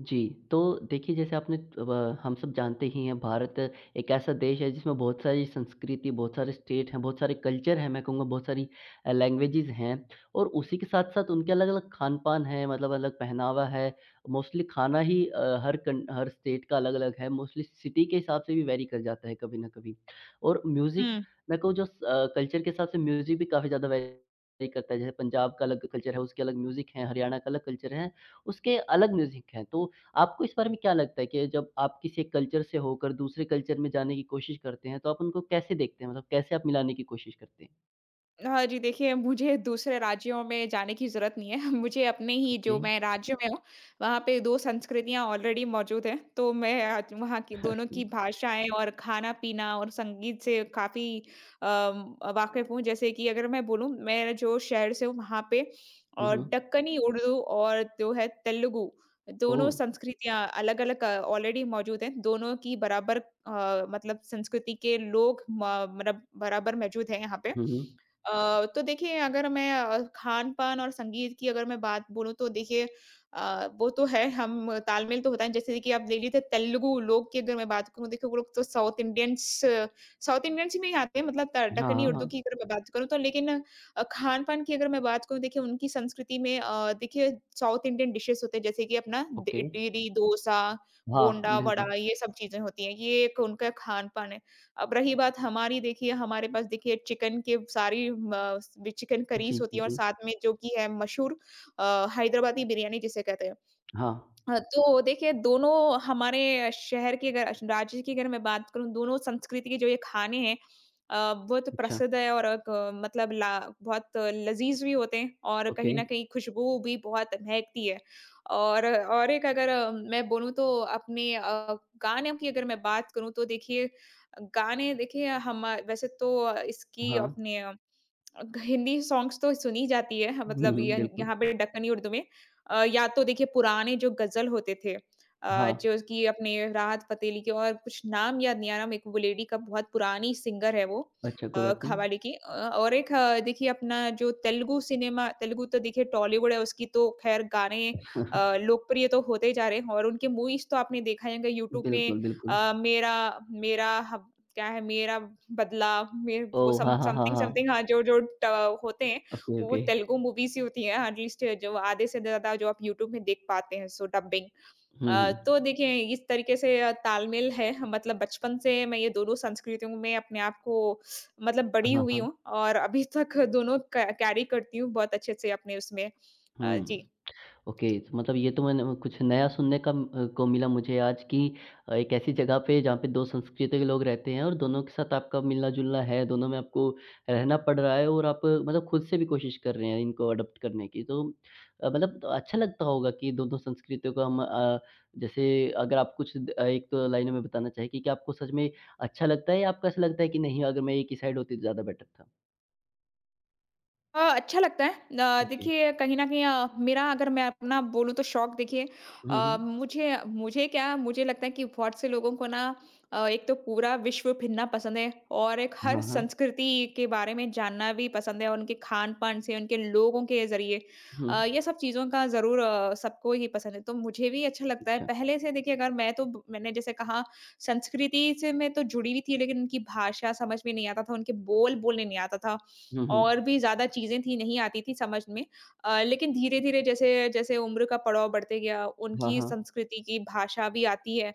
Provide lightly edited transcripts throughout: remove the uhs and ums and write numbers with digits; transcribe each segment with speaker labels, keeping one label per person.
Speaker 1: जी, तो देखिए जैसे आपने ब हम सब जानते ही हैं, भारत एक ऐसा देश है जिसमें बहुत सारी संस्कृति, बहुत सारे स्टेट हैं, बहुत सारे कल्चर हैं, मैं कहूँगा बहुत सारी लैंग्वेजेज़ हैं। और उसी के साथ-साथ उनके अलग-अलग खान-पान है, मतलब अलग पहनावा है। मोस्टली खाना ही हर स्टेट का अलग-अलग है, मोस्टली सिटी के हिसाब से भी वैरी कर जाता है कभी न कभी। और म्यूज़िक,
Speaker 2: हुँ।
Speaker 1: मैं कहूँ कल्चर के हिसाब से म्यूज़िक भी काफ़ी ज़्यादा वैरी करता है। जैसे पंजाब का अलग कल्चर है, उसके अलग म्यूज़िक है, हरियाणा का अलग कल्चर है, उसके अलग म्यूज़िक हैं। तो आपको इस बारे में क्या लगता है कि जब आप किसी एक कल्चर से होकर दूसरे कल्चर में जाने की कोशिश करते हैं, तो आप उनको कैसे देखते हैं? मतलब कैसे आप मिलाने की कोशिश करते हैं?
Speaker 2: हाँ जी, देखिए मुझे दूसरे राज्यों में जाने की ज़रूरत नहीं है। मुझे अपने ही
Speaker 1: ओके,
Speaker 2: जो मैं राज्य में हूँ, वहाँ पे 2 संस्कृतियाँ ऑलरेडी मौजूद हैं। तो मैं आज वहाँ की दोनों
Speaker 1: ओके।
Speaker 2: की भाषाएँ और खाना-पीना और संगीत से काफ़ी वाक़िफ़ हूँ। जैसे कि अगर मैं बोलूँ, मैं जो शहर से हूँ वहाँ पे
Speaker 1: हुँ,
Speaker 2: और
Speaker 1: हुँ।
Speaker 2: दक्कनी उर्दू और जो है तेलुगु,
Speaker 1: ओह!
Speaker 2: दोनों संस्कृतियाँ अलग-अलग ऑलरेडी मौजूद हैं। दोनों की बराबर मतलब संस्कृति के लोग म मतलब बराबर मौजूद हैं यहाँ पे।
Speaker 1: हुँ, हुँ।
Speaker 2: तो देखिए अगर मैं खान-पान और संगीत की अगर मैं बात बोलूँ तो देखिए वो तो है हम तालमेल तो होता है जैसे कि आप ले लीजिए तेलुगु लोग की अगर मैं बात करूँ देखिए वो लोग तो साउथ इंडियंस में ही आते हैं मतलब त
Speaker 1: हाँ,
Speaker 2: दक्कनी
Speaker 1: हाँ,
Speaker 2: उर्दू
Speaker 1: हाँ।
Speaker 2: की अगर मैं बात करूँ तो लेकिन खान-पान की अगर मैं बात करूँ देखिए उनकी संस्कृति में देखिए साउथ इंडियन डिशेज़ होते हैं जैसे कि अपना द
Speaker 1: ओके।
Speaker 2: इडली, डोसा,
Speaker 1: हाँ,
Speaker 2: बोंडा, वड़ा
Speaker 1: बिल्कुल।
Speaker 2: ये सब चीज़ें होती हैं। ये एक उनका खान-पान है। अब रही बात हमारी देखिए हमारे पास देखिए चिकन के सारी चिकन
Speaker 1: जी,
Speaker 2: करीज होती
Speaker 1: जी,
Speaker 2: है और
Speaker 1: जी।
Speaker 2: साथ में जो कि है मशहूर हैदराबादी बिरयानी जिसे कहते हैं।
Speaker 1: हाँ।
Speaker 2: तो देखिए दोनों हमारे शहर की अगर राज्य की अगर मैं बात करूँ दोनों संस्कृति के जो ये खाने हैं बहुत
Speaker 1: अच्छा,
Speaker 2: प्रसिद्ध है और एक मतलब ला बहुत लज़ीज़ भी होते हैं और
Speaker 1: ओके।
Speaker 2: कहीं न कहीं खुशबू भी बहुत महकती है। और एक अगर मैं बोलूँ तो अपने गानों की अगर मैं बात करूँ तो देखिए गाने देखिए हम वैसे तो इसकी
Speaker 1: हाँ।
Speaker 2: अपने ग हिंदी सॉन्ग्स तो सुनी जाती है ह
Speaker 1: हुँ,
Speaker 2: मतलब
Speaker 1: हुँ,
Speaker 2: य
Speaker 1: बिल्कुल।
Speaker 2: यहाँ पे दक्कनी उर्दू में या तो देखिए पुराने जो गज़ल होते थे
Speaker 1: हाँ।
Speaker 2: जो कि अपने राहत फ़तेह अली के और कुछ नाम याद नहीं आ रहा मेरे को वो लेडी का बहुत पुरानी सिंगर है वो
Speaker 1: अच्छा, कोई बात नहीं।
Speaker 2: कव्वाली की। और एक देखिए अपना जो तेलुगु सिनेमा तेलुगु तो देखिए टॉलीवुड है उसकी तो ख़ैर गाने लोकप्रिय तो होते ही जा रहे हैं और उनके मूवीज़ तो आपने देखा ही होगा यूट्यूब में।
Speaker 1: बिल्कुल, बिल्कुल।
Speaker 2: मेरा मेरा ह क्या है मेरा बदला मेर वो
Speaker 1: ओह!
Speaker 2: सम
Speaker 1: हाँ, हाँ, हाँ,
Speaker 2: समथिंग
Speaker 1: हाँ।
Speaker 2: समथिंग हाँ, जो जो ट होते हैं,
Speaker 1: ओके,
Speaker 2: वो
Speaker 1: ओके।
Speaker 2: तेलुगु मूवीज़ ही होती हैं एट लीस्ट जो आधे से ज़्यादा जो आप यूट्यूब में देख पाते हैं सो डबिंग।
Speaker 1: हुँ, हुँ।
Speaker 2: तो देखिए इस तरीके से तालमेल है मतलब बचपन से मैं ये दोनों संस्कृतियों में अपने आप को मतलब बड़ी
Speaker 1: हाँ,
Speaker 2: हुई
Speaker 1: हाँ।
Speaker 2: हूँ और अभी तक दोनों क कैरी करती हूँ बहुत अच्छे से अपने उसमें।
Speaker 1: हुँ।
Speaker 2: जी।
Speaker 1: ओके, तो मतलब ये तो मैंने कुछ नया सुनने को मिला मुझे आज कि एक ऐसी जगह पे जहाँ पे 2 संस्कृति के लोग रहते हैं और दोनों के साथ आपका मिलना-जुलना है, दोनों में आपको रहना पड़ रहा है और आप मतलब खुद से भी कोशिश कर रहे हैं इनको अडॉप्ट करने की। तो मतलब तो अच्छा लगता होगा कि दोनों संस्कृतियों का हम अ, जैसे अगर आप एक तो लाइन में बताना चाहें कि क्या आपको सच में अच्छा लगता है या आपको ऐसा लगता है कि नहीं, अगर मैं एक ही साइड होती तो ज़्यादा बेटर था?
Speaker 2: अच्छा लगता है।
Speaker 1: ओके।
Speaker 2: देखिए कहीं न कहीं मेरा अगर मैं अपना बोलूँ तो शौक देखिए।
Speaker 1: हुँ, हुँ।
Speaker 2: मुझे मुझे क्या मुझे लगता है कि बहुत से लोगों को ना एक तो पूरा विश्व फिरना पसंद है और एक
Speaker 1: हाँ,
Speaker 2: हर
Speaker 1: हाँ।
Speaker 2: संस्कृति के बारे में जानना भी पसंद है और उनके खान-पान से, उनके लोगों के ज़रिए
Speaker 1: हुँ।
Speaker 2: ये सब चीज़ों का ज़रूर सबको ही पसंद है। तो मुझे भी अच्छा लगता है।
Speaker 1: अच्छा।
Speaker 2: पहले से देखिए अगर मैं तो ब मैंने जैसे कहा संस्कृति से मैं तो जुड़ी हुई थी लेकिन उनकी भाषा समझ में नहीं आता था, उनके बोल बोलने नहीं आता था।
Speaker 1: हुँ,
Speaker 2: और
Speaker 1: हुँ।
Speaker 2: भी ज़्यादा चीज़ें थी, नहीं आती थी समझ में। लेकिन धीरे-धीरे जैसे जैसे उम्र का पड़ाव बढ़ते गया,
Speaker 1: हाँ,
Speaker 2: उनकी
Speaker 1: हाँ।
Speaker 2: संस्कृति की भाषा भी आती है।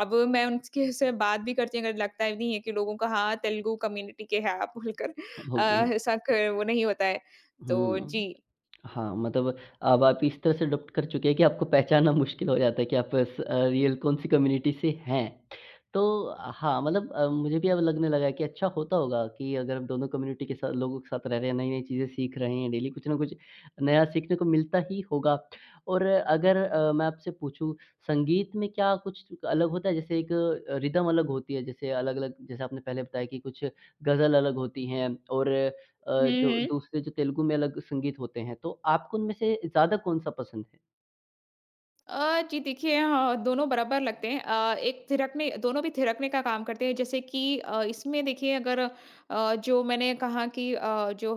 Speaker 2: अब मैं उनके से बात भी करती हूँ, अगर लगता ही नहीं है कि लोगों का हाँ, तेलुगु कम्युनिटी के हैं आप बोलकर।
Speaker 1: ओके।
Speaker 2: ऐसा क वो नहीं होता है। तो
Speaker 1: हुँ।
Speaker 2: जी।
Speaker 1: हाँ, मतलब अब आप इस तरह से अडॉप्ट कर चुके हैं कि आपको पहचानना मुश्किल हो जाता है कि आप रियल कौन-सी कम्युनिटी से हैं। तो हाँ, मतलब मुझे भी अब लगने लगा है कि अच्छा होता होगा कि अगर हम दोनों कम्युनिटी के साथ, लोगों के साथ रह रहे हैं, नई-नई चीज़ें सीख रहे हैं डेली, कुछ ना कुछ नया सीखने को मिलता ही होगा। और अगर मैं आपसे पूछूँ, संगीत में क्या कुछ अलग होता है? जैसे एक रिदम अलग होती है, जैसे अलग-अलग, जैसे आपने पहले बताया कि कुछ गज़ल अलग होती हैं और
Speaker 2: हुँ, हुँ।
Speaker 1: जो तेलुगु में अलग संगीत होते हैं, तो आपको उनमें से ज़्यादा कौन-सा पसंद है?
Speaker 2: जी देखिए, दोनों बराबर लगते हैं। एक थिरकने दोनों भी थिरकने का काम करते हैं। जैसे कि इसमें देखिए अगर जो मैंने कहा कि जो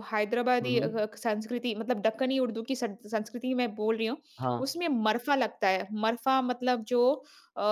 Speaker 1: हुँ,
Speaker 2: हैदराबादी
Speaker 1: हुँ।
Speaker 2: ग संस्कृति मतलब दक्कनी उर्दू की सं संस्कृति मैं बोल रही हूँ,
Speaker 1: हाँ।
Speaker 2: उसमें मरफ़ा लगता है। मरफ़ा मतलब जो अ,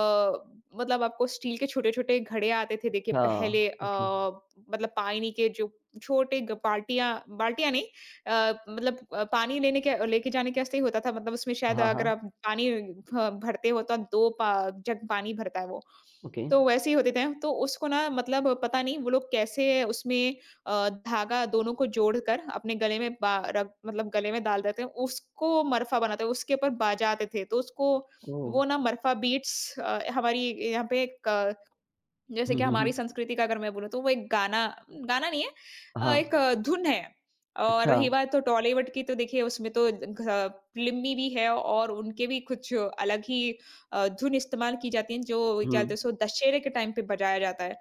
Speaker 2: मतलब आपको स्टील के छोटे-छोटे घड़े आते थे देखिए
Speaker 1: अच्छा,
Speaker 2: पहले।
Speaker 1: ओके।
Speaker 2: मतलब पानी के जो छोटे ग बाल्टियाँ बाल्टियाँ नहीं, मतलब पानी लेने के लेके जाने के वास्ते ही होता था मतलब उसमें शायद
Speaker 1: हाँ,
Speaker 2: अगर
Speaker 1: हाँ,
Speaker 2: आप पानी भ भरते हो तो 2 पा जग पानी भरता है वो।
Speaker 1: ओके।
Speaker 2: तो वैसे ही होते थे, तो उसको ना मतलब पता नहीं वो लोग कैसे उसमें धागा दोनों को जोड़कर अपने गले में बा रग मतलब गले में डाल देते हैं, उसको मरफ़ा बनाते हैं, उसके ऊपर बाजाते थे। तो उसको
Speaker 1: ओह!
Speaker 2: वो ना मरफ़ा बीट्स। हमारी यहाँ पे एक जैसे
Speaker 1: हुँ,
Speaker 2: कि
Speaker 1: हुँ,
Speaker 2: हमारी
Speaker 1: हुँ।
Speaker 2: संस्कृति का अगर मैं बोलूँ तो वो एक गाना गाना नहीं है, एक
Speaker 1: हाँ,
Speaker 2: धुन है और
Speaker 1: अच्छा।
Speaker 2: रही बात तो टॉलीवुड की तो देखिए उसमें तो फिल्मी भी है और उनके भी कुछ अलग ही धुन इस्तेमाल की जाती है जो क्या
Speaker 1: हुँ,
Speaker 2: बोलते हैं सो दशहरे के टाइम पे बजाया जाता है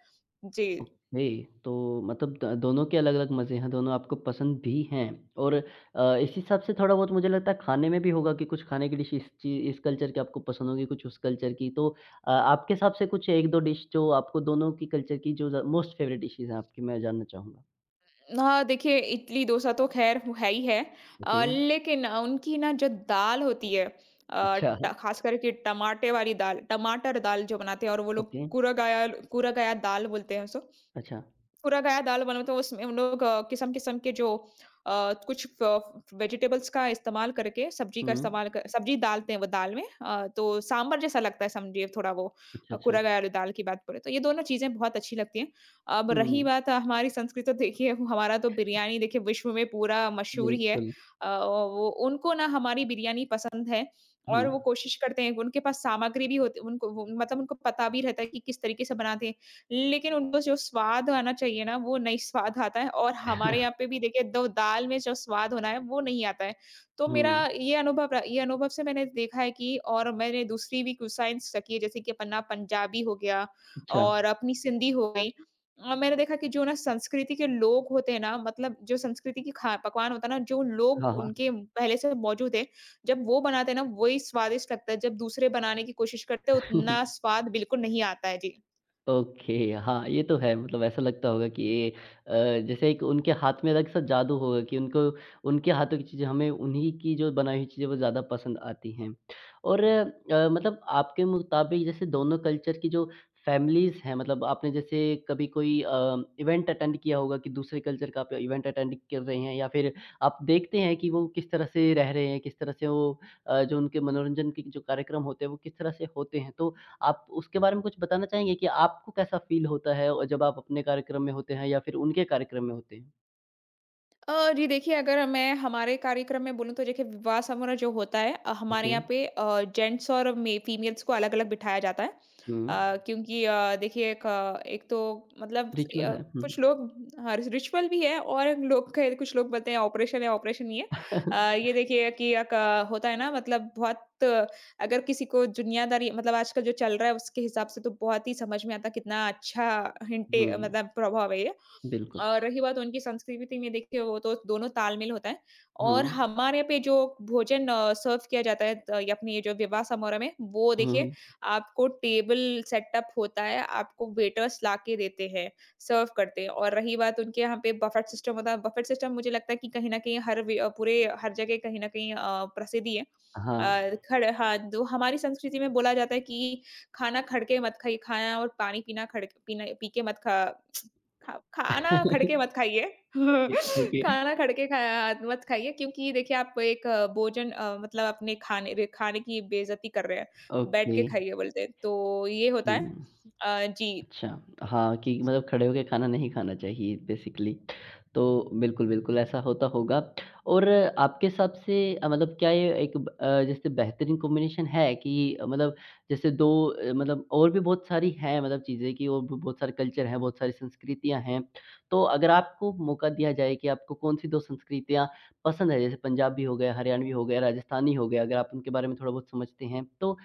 Speaker 2: जी।
Speaker 1: ओके। तो मतलब द दोनों के अलग-अलग मज़े हैं, दोनों आपको पसंद भी हैं और इस हिसाब से थोड़ा बहुत मुझे लगता है खाने में भी होगा कि कुछ खाने की डिश इस कल्चर की आपको पसंद होगी, कुछ उस कल्चर की। तो आपके हिसाब से कुछ 1,2 डिश जो आपको दोनों की कल्चर की जो ज़ मोस्ट फेवरेट डिशेज़ हैं आपकी, मैं जानना चाहूँगा?
Speaker 2: हाँ देखिए इडली डोसा तो खैर वो है ही है।
Speaker 1: ओके,
Speaker 2: लेकिन उनकी ना जो दाल होती है
Speaker 1: अच्छा,
Speaker 2: खास करके टमाटे वाली दाल टमाटर दाल जो बनाते हैं और वो लोग
Speaker 1: ओके,
Speaker 2: कुरगाया कुरगाया दाल बोलते हैं उसको
Speaker 1: अच्छा,
Speaker 2: पूरा-गया दाल बनाते हैं उसमें हम लोग किस्म-किस्म के जो अ, कुछ फ वेजिटेबल्स का इस्तेमाल करके सब्ज़ी का
Speaker 1: हुँ,
Speaker 2: इस्तेमाल कर सब्ज़ी डालते हैं वो दाल में। तो सांभर जैसा लगता है समझिए थोड़ा वो।
Speaker 1: अच्छा, अच्छा,
Speaker 2: पूरा-गया वाली दाल की बात करें तो ये दोनों चीज़ें बहुत अच्छी लगती हैं। अब रही
Speaker 1: हुँ,
Speaker 2: बात हमारी संस्कृति तो देखिए वो हमारा तो बिरयानी देखिए विश्व में पूरा मशहूर ही है।
Speaker 1: बिल्कुल,
Speaker 2: वो उनको ना हमारी बिरयानी पसंद है
Speaker 1: हुँ,
Speaker 2: और वो कोशिश करते हैं उनके पास सामग्री भी होती उनको मतलब उनको पता भी रहता है कि किस तरीके से बनाते हैं। लेकिन उनको जो स्वाद आना चाहिए ना, वो नहीं स्वाद आता है और हमारे यहाँ पे भी देखिए दो दाल में जो स्वाद होना है, वो नहीं आता है। तो मेरा
Speaker 1: हुँ,
Speaker 2: ये अनुभव र ये अनुभव से मैंने देखा है कि और मैंने दूसरी भी कुसाइंस सीखी है, जैसे कि अपना पंजाबी हो गया
Speaker 1: अच्छा,
Speaker 2: और अपनी सिंधी हो गई। मैंने देखा कि जो ना संस्कृति के लोग होते हैं ना, मतलब जो संस्कृति की खा पकवान होता है ना, जो
Speaker 1: हाँ,
Speaker 2: लोग
Speaker 1: हाँ।
Speaker 2: उनके पहले से मौजूद है, जब वो बनाते हैं ना, वही स्वादिष्ट लगता है। जब दूसरे बनाने की कोशिश करते हैं, उतना स्वाद बिल्कुल नहीं आता है। जी।
Speaker 1: ओके, हाँ, ये तो है, मतलब ऐसा लगता होगा कि जैसे एक उनके हाथ में अलग सा जादू होगा कि उनको, उनके हाथों की चीज़ें, हमें उन्हीं की जो बनाई हुई चीज़ें वो ज़्यादा पसंद आती हैं। और मतलब आपके मुताबिक जैसे दोनों कल्चर की जो फैमिलीज़ हैं, मतलब आपने जैसे कभी कोई इवेंट अटेंड किया होगा कि दूसरे कल्चर का आप इवेंट अटेंड कर रहे हैं या फिर आप देखते हैं कि वो किस तरह से रह रहे हैं, किस तरह से वो जो उनके मनोरंजन के जो कार्यक्रम होते हैं वो किस तरह से होते हैं। तो आप उसके बारे में कुछ बताना चाहेंगे कि आपको कैसा फ़ील होता है और जब आप अपने कार्यक्रम में होते हैं या फिर उनके कार्यक्रम में होते हैं?
Speaker 2: जी देखिए, अगर मैं हमारे कार्यक्रम में बोलूँ तो देखिए विवाह समारोह जो होता है हमारे
Speaker 1: ओके।
Speaker 2: यहाँ पे जेंट्स और मे फीमेल्स को अलग-अलग बिठाया जाता है।
Speaker 1: हुँ।
Speaker 2: क्योंकि देखिए एक तो मतलब
Speaker 1: रिचुअल
Speaker 2: अ,
Speaker 1: है। हुँ।
Speaker 2: कुछ लोग हाँ, रिचुअल भी है और लोग कहे कुछ लोग बोलते हैं ऑपरेशन है, ऑपरेशन नहीं है। ये देखिए कि एक होता है ना मतलब बहुत अगर किसी को दुनियादारी मतलब आजकल जो चल रहा है उसके हिसाब से तो बहुत ही समझ में आता है कितना अच्छा हिंटे
Speaker 1: हुँ,
Speaker 2: मतलब प्रभाव है ये।
Speaker 1: बिल्कुल।
Speaker 2: और रही बात उनकी संस्कृति में देखिए वो तो दोनों तालमेल होता है
Speaker 1: हुँ।
Speaker 2: और हमारे यहाँ पे जो भोजन सर्व किया जाता है या अपनी ये जो विवाह समारोह में वो
Speaker 1: हुँ,
Speaker 2: देखिए
Speaker 1: हुँ।
Speaker 2: आपको टेबल सेटअप होता है आपको वेटर्स ला के देते हैं सर्व करते हैं और रही बात उनके यहाँ पे बफेट सिस्टम होता है बफेट सिस्टम मुझे लगता है कि कहीं ना कहीं हर पूरे हर जगह कहीं ना कहीं प्रसिद्धि है।
Speaker 1: हाँ।
Speaker 2: खड़ हाँ तो हमारी संस्कृति में बोला जाता है कि खाना खड़के मत खाइए खाना और पानी पीना खड़ पीना पी के मत खा खा खाना खड़के मत
Speaker 1: ओके,
Speaker 2: खाइए।
Speaker 1: ओके,
Speaker 2: खाना खड़के खाया मत खाइए क्योंकि देखिए आप एक भोजन मतलब अपने खाने रे खाने की बेइज़्ज़ती कर रहे हैं। बैठ
Speaker 1: ओके।
Speaker 2: के खाइए बोलते हैं, तो ये होता है।
Speaker 1: हुँ।
Speaker 2: जी।
Speaker 1: अच्छा, हाँ, कि मतलब खड़े होके खाना नहीं खाना चाहिए बेसिकली। तो बिल्कुल, बिल्कुल ऐसा होता होगा और आपके हिसाब से मतलब क्या ये एक जैसे बेहतरीन कॉम्बिनेशन है कि मतलब जैसे 2 मतलब और भी बहुत सारी हैं, मतलब चीज़ें कि और भी बहुत सारे कल्चर हैं, बहुत सारी संस्कृतियाँ हैं। तो अगर आपको मौका दिया जाए कि आपको कौन-सी 2 संस्कृतियाँ पसंद है? जैसे पंजाबी हो गया, हरियाणवी हो गया, राजस्थानी हो गया, अगर आप उनके बारे में थोड़ा बहुत समझते हैं, तो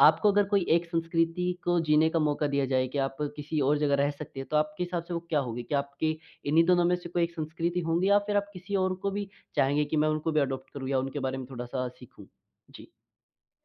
Speaker 1: आपको अगर कोई एक संस्कृति को जीने का मौका दिया जाए कि आप किसी और जगह रह सकते हैं, तो आपके हिसाब से वो क्या होगी? क्या आपकी इन्हीं दोनों में से कोई एक संस्कृति होंगी या फिर आप किसी और को भी चाहेंगे कि मैं उनको भी अडॉप्ट करूँ या उनके बारे में थोड़ा-सा सीखूँ? जी।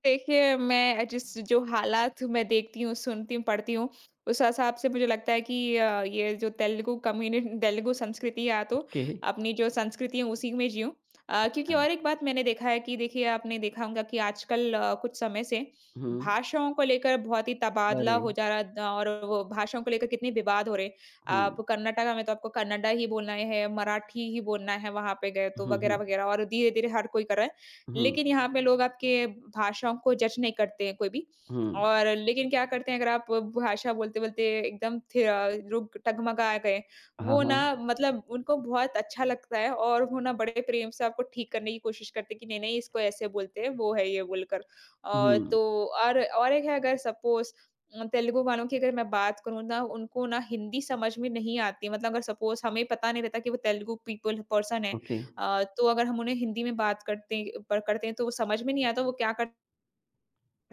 Speaker 2: देखिए, मैं जिस जो हालात मैं देखती हूँ, सुनती हूँ, पढ़ती हूँ, उस हिसाब से मुझे लगता है कि ये जो तेलुगु कम्युनि तेलुगु संस्कृति है, या तो
Speaker 1: ओके।
Speaker 2: अपनी जो संस्कृति है, उसी में जिऊँ। क्योंकि
Speaker 1: अच्छा।
Speaker 2: और एक बात मैंने देखा है कि देखिए, आपने देखा होगा कि आजकल कुछ समय से
Speaker 1: हुँ।
Speaker 2: भाषाओं को लेकर बहुत ही तबादला
Speaker 1: अरे!
Speaker 2: हो जा रहा द और वो भाषाओं को लेकर कितने विवाद हो रहे हैं।
Speaker 1: हुँ।
Speaker 2: आप कर्नाटका में तो आपको कन्नडा ही बोलना है, मराठी ही बोलना है वहाँ पे गए तो
Speaker 1: हुँ, हुँ।
Speaker 2: वगैरह-वगैरह और धीरे-धीरे हर कोई कर रहा है।
Speaker 1: हुँ,
Speaker 2: लेकिन यहाँ पे लोग आपके भाषाओं को जज नहीं करते हैं कोई भी।
Speaker 1: हुँ।
Speaker 2: और लेकिन क्या करते हैं अगर आप भाषा बोलते-बोलते एकदम थे लोग डगमगा गए,
Speaker 1: हाँ,
Speaker 2: वो ना
Speaker 1: हाँ।
Speaker 2: मतलब उनको बहुत अच्छा लगता है और वो ना बड़े प्रेम से आपको ठीक करने की कोशिश करते हैं कि नहीं-नहीं इसको ऐसे बोलते हैं, वो है ये बोलकर।
Speaker 1: हुँ,
Speaker 2: तो और एक है अगर सपोज़ तेलुगु वालों की अगर मैं बात करूँ ना, उनको ना हिंदी समझ में नहीं आती है मतलब अगर सपोज़ हमें पता नहीं रहता कि वो तेलुगु पीपल पर्सन है।
Speaker 1: ओके।
Speaker 2: तो अगर हम उन्हें हिंदी में बात करते हैं तो वो समझ में नहीं आता, वो क्या करते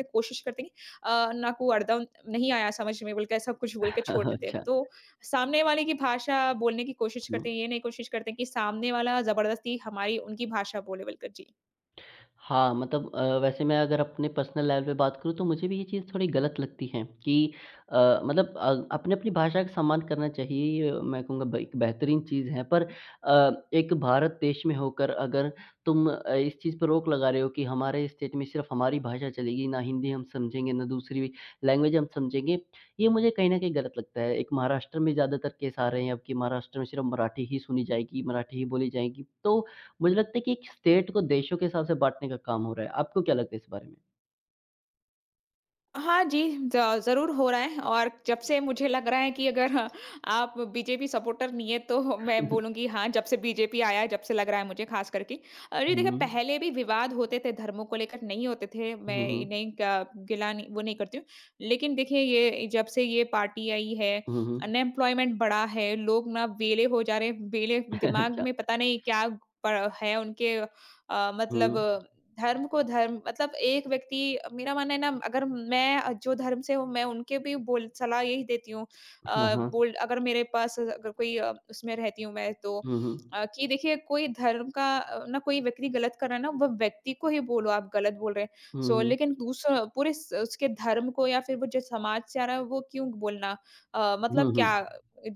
Speaker 2: हैं, कोशिश करते हैं कि "नाकू अरदम नहीं आया समझ में" बोल के, ऐसा कुछ बोल के छोड़ देते हैं।
Speaker 1: अच्छा।
Speaker 2: तो सामने वाले की भाषा बोलने की कोशिश
Speaker 1: हुँ।
Speaker 2: करते हैं, ये नहीं कोशिश करते हैं कि सामने वाला ज़बरदस्ती हमारी उनकी भाषा बोले बोलकर। जी।
Speaker 1: हाँ, मतलब वैसे मैं अगर अपने पर्सनल लेवल पे बात करूँ तो मुझे भी ये चीज़ थोड़ी गलत लगती है कि अ, मतलब अ, अपनी-अपनी भाषा का सम्मान करना चाहिए, ये मैं कहूँगा ब एक बेहतरीन चीज़ है, पर अ, एक भारत देश में होकर अगर तुम इस चीज़ पे रोक लगा रहे हो कि हमारे स्टेट में सिर्फ़ हमारी भाषा चलेगी, ना हिंदी हम समझेंगे, ना दूसरी लैंग्वेज हम समझेंगे, ये मुझे कहीं न कहीं गलत लगता है। एक महाराष्ट्र में ज़्यादातर केस आ रहे हैं अब कि महाराष्ट्र में सिर्फ़ मराठी ही सुनी जाएगी, मराठी ही बोली जाएगी। तो मुझे लगता है कि एक स्टेट को देशों के हिसाब से बाँटने का काम हो रहा है। आपको क्या लगता है इस बारे में?
Speaker 2: हाँ जी, ज ज़रूर हो रहा है और जब से मुझे लग रहा है कि अगर हाँ, आप बीजेपी सपोर्टर नहीं है तो मैं बोलूँगी, हाँ, जब से बीजेपी आया है, जब से लग रहा है मुझे ख़ास करके। अरे देखिए,
Speaker 1: हुँ,
Speaker 2: पहले भी विवाद होते थे, धर्मों को लेकर नहीं होते थे,
Speaker 1: हुँ,
Speaker 2: मैं ये
Speaker 1: हुँ,
Speaker 2: नहीं क गिला नहीं वो नहीं करती हूँ। लेकिन देखिए, ये जब से ये पार्टी आई है,
Speaker 1: हुँ, हुँ।
Speaker 2: अनएम्प्लॉयमेंट बढ़ा है, लोग ना वेले हो जा रहे हैं, वेले दिमाग
Speaker 1: अच्छा।
Speaker 2: में पता नहीं क्या प है उनके, मतलब
Speaker 1: हुँ।
Speaker 2: धर्म को, धर्म मतलब एक व्यक्ति, मेरा मानना है ना, अगर मैं जो धर्म से हूँ मैं उनके भी बोल सलाह यही देती हूँ,
Speaker 1: हाँ, हाँ।
Speaker 2: बोल अगर मेरे पास अगर कोई उसमें रहती हूँ मैं तो,
Speaker 1: हुँ, हुँ।
Speaker 2: कि देखिए कोई धर्म का, ना कोई व्यक्ति गलत कर रहा है ना, वह व्यक्ति को ही बोलो आप गलत बोल रहे हैं।
Speaker 1: हुँ,
Speaker 2: सो
Speaker 1: हुँ।
Speaker 2: लेकिन दूसरा पूरे उसके धर्म को या फिर वो जो समाज से आ रहा है वो क्यों बोलना।
Speaker 1: हुँ,
Speaker 2: मतलब क्या
Speaker 1: हुँ।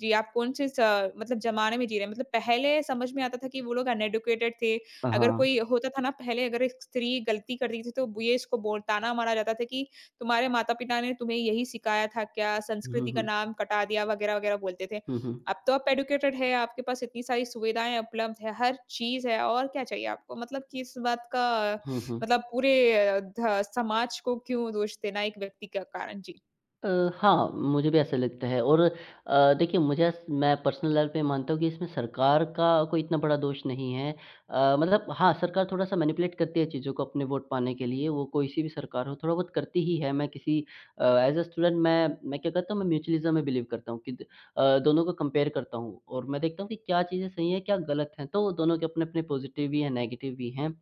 Speaker 2: जी, आप कौन से मतलब जमाने में जी रहे हैं। मतलब पहले समझ में आता था कि वो लोग अनएडुकेटेड थे, अगर
Speaker 1: हाँ।
Speaker 2: कोई होता था ना, पहले अगर एक स्त्री गलती करती थी तो वो ये इसको बोल ताना मारा जाता था कि तुम्हारे माता-पिता ने तुम्हें यही सिखाया था क्या?
Speaker 1: हुँ,
Speaker 2: संस्कृति का
Speaker 1: हुँ।
Speaker 2: नाम कटा दिया वगैरह-वगैरह बोलते थे।
Speaker 1: हुँ, हुँ।
Speaker 2: अब तो आप एडुकेटेड है, आपके पास इतनी सारी सुविधाएँ उपलब्ध है, हर चीज़ है, और क्या चाहिए आपको? मतलब कि इस बात का,
Speaker 1: हुँ, हुँ।
Speaker 2: मतलब पूरे ध समाज को क्यों दोष देना एक व्यक्ति का कारण? जी।
Speaker 1: अ, हाँ, मुझे भी ऐसा लगता है और देखिए मुझे ऐस मैं पर्सनल लेवल पे मानता हूँ कि इसमें सरकार का कोई इतना बड़ा दोष नहीं है। मतलब हाँ, सरकार थोड़ा-सा मैनिपुलेट करती है चीज़ों को अपने वोट पाने के लिए, वो कोई-सी भी सरकार हो, थोड़ा बहुत करती ही है। मैं एज़ अ स्टूडेंट मैं क्या करता हूँ, मैं म्यूचुअलिज़्म में बिलीव करता हूँ कि दोनों को कंपेयर करता हूँ और मैं देखता हूँ कि क्या चीज़ें सही हैं, क्या गलत हैं। तो दोनों के अपने-अपने पॉज़िटिव भी हैं, नेगेटिव भी हैं।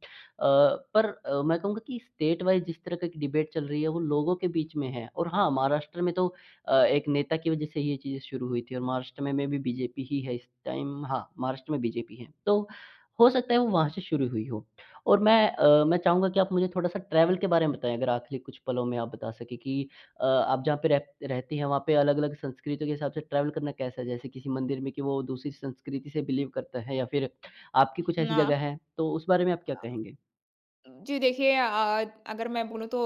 Speaker 1: पर मैं कहूँगा कि स्टेट वाइज़ जिस तरह की डिबेट चल रही है, वो लोगों के बीच में है, और हाँ, महाराष्ट्र में तो एक नेता की वजह से ये चीज़ें शुरू हुई थी, और महाराष्ट्र में भी बीजेपी ही है इस टाइम, हाँ, महाराष्ट्र में बीजेपी है। तो हो सकता है वो वहाँ से शुरू हुई हो। और मैं मैं चाहूँगा कि आप मुझे थोड़ा-सा ट्रैवल के बारे में बताएँ, अगर आखिरी कुछ पलों में आप बता सकें कि आप जहाँ पे रह रहती हैं, वहाँ पे अलग-अलग संस्कृतियों के हिसाब से ट्रैवल करना कैसा है? जैसे किसी मंदिर में कि वो दूसरी संस्कृति से बिलीव करता है या फिर आपकी कुछ ऐसी
Speaker 2: ना
Speaker 1: जगह है, तो उस बारे में आप क्या कहेंगे?
Speaker 2: जी देखिए, अगर मैं बोलूँ तो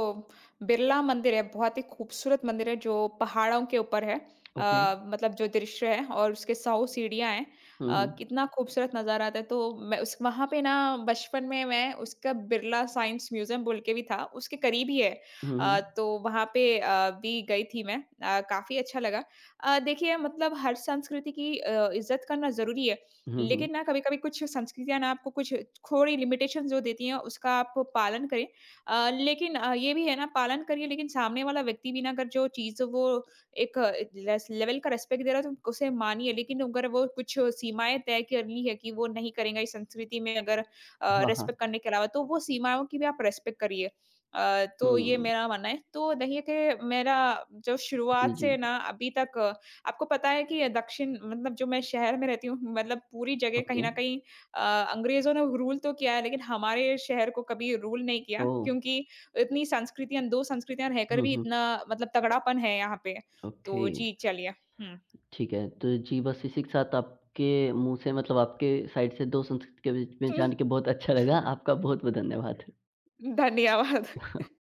Speaker 2: बिरला मंदिर है, बहुत ही खूबसूरत मंदिर है जो पहाड़ों के ऊपर है।
Speaker 1: ओके।
Speaker 2: मतलब जो दृश्य है, और उसके 100 सीढ़ियाँ हैं।
Speaker 1: हुँ, हुँ।
Speaker 2: कितना खूबसूरत नज़ारा आता है। तो मैं उस वहाँ पे ना बचपन में, मैं उसका बिरला साइंस म्यूज़ियम बोल के भी था, उसके करीब ही है।
Speaker 1: हुँ, हुँ।
Speaker 2: तो वहाँ पे भी गई थी मैं, काफ़ी अच्छा लगा। देखिए मतलब हर संस्कृति की इज़्ज़त करना ज़रूरी है।
Speaker 1: हुँ, हुँ।
Speaker 2: लेकिन ना कभी-कभी कुछ संस्कृतियाँ ना आपको कुछ थोड़ी लिमिटेशन जो देती हैं उसका आप पालन करें। लेकिन ये भी है ना, पालन करिए लेकिन सामने वाला व्यक्ति भी ना, अगर जो चीज़ वो एक लेस लेवल का रिस्पेक्ट दे रहा है तो उसे मानिए। लेकिन अगर वो कुछ सीमाएँ तय कर ली है कि वो नहीं करेंगे इस संस्कृति में, अगर
Speaker 1: हाँ, हाँ।
Speaker 2: रिस्पेक्ट करने के अलावा, तो वो सीमाओं की भी आप रिस्पेक्ट करिए। तो ये
Speaker 1: हुँ।
Speaker 2: मेरा मानना है। तो देखिए कि मेरा जो
Speaker 1: जी,
Speaker 2: शुरुआत
Speaker 1: जी।
Speaker 2: से ना अभी तक, आपको पता है कि दक्षिण, मतलब जो मैं शहर में रहती हूँ, मतलब पूरी जगह
Speaker 1: ओके।
Speaker 2: कहीं न कहीं अ, अंग्रेज़ों ने रूल तो किया है, लेकिन हमारे शहर को कभी रूल नहीं किया,
Speaker 1: ओह!
Speaker 2: क्योंकि इतनी संस्कृतियाँ 2 संस्कृतियाँ रहकर
Speaker 1: हुँ,
Speaker 2: भी
Speaker 1: हुँ।
Speaker 2: इतना, मतलब तगड़ापन है यहाँ पे।
Speaker 1: ओके,
Speaker 2: तो जी, चलिए। हुँ।
Speaker 1: ठीक है। तो जी, बस इसी के साथ आपके मुँह से, मतलब आपके साइड से 2 संस्कृति के बीच में जान के बहुत अच्छा लगा। आपका बहुत-बहुत धन्यवाद।
Speaker 2: धन्यवाद।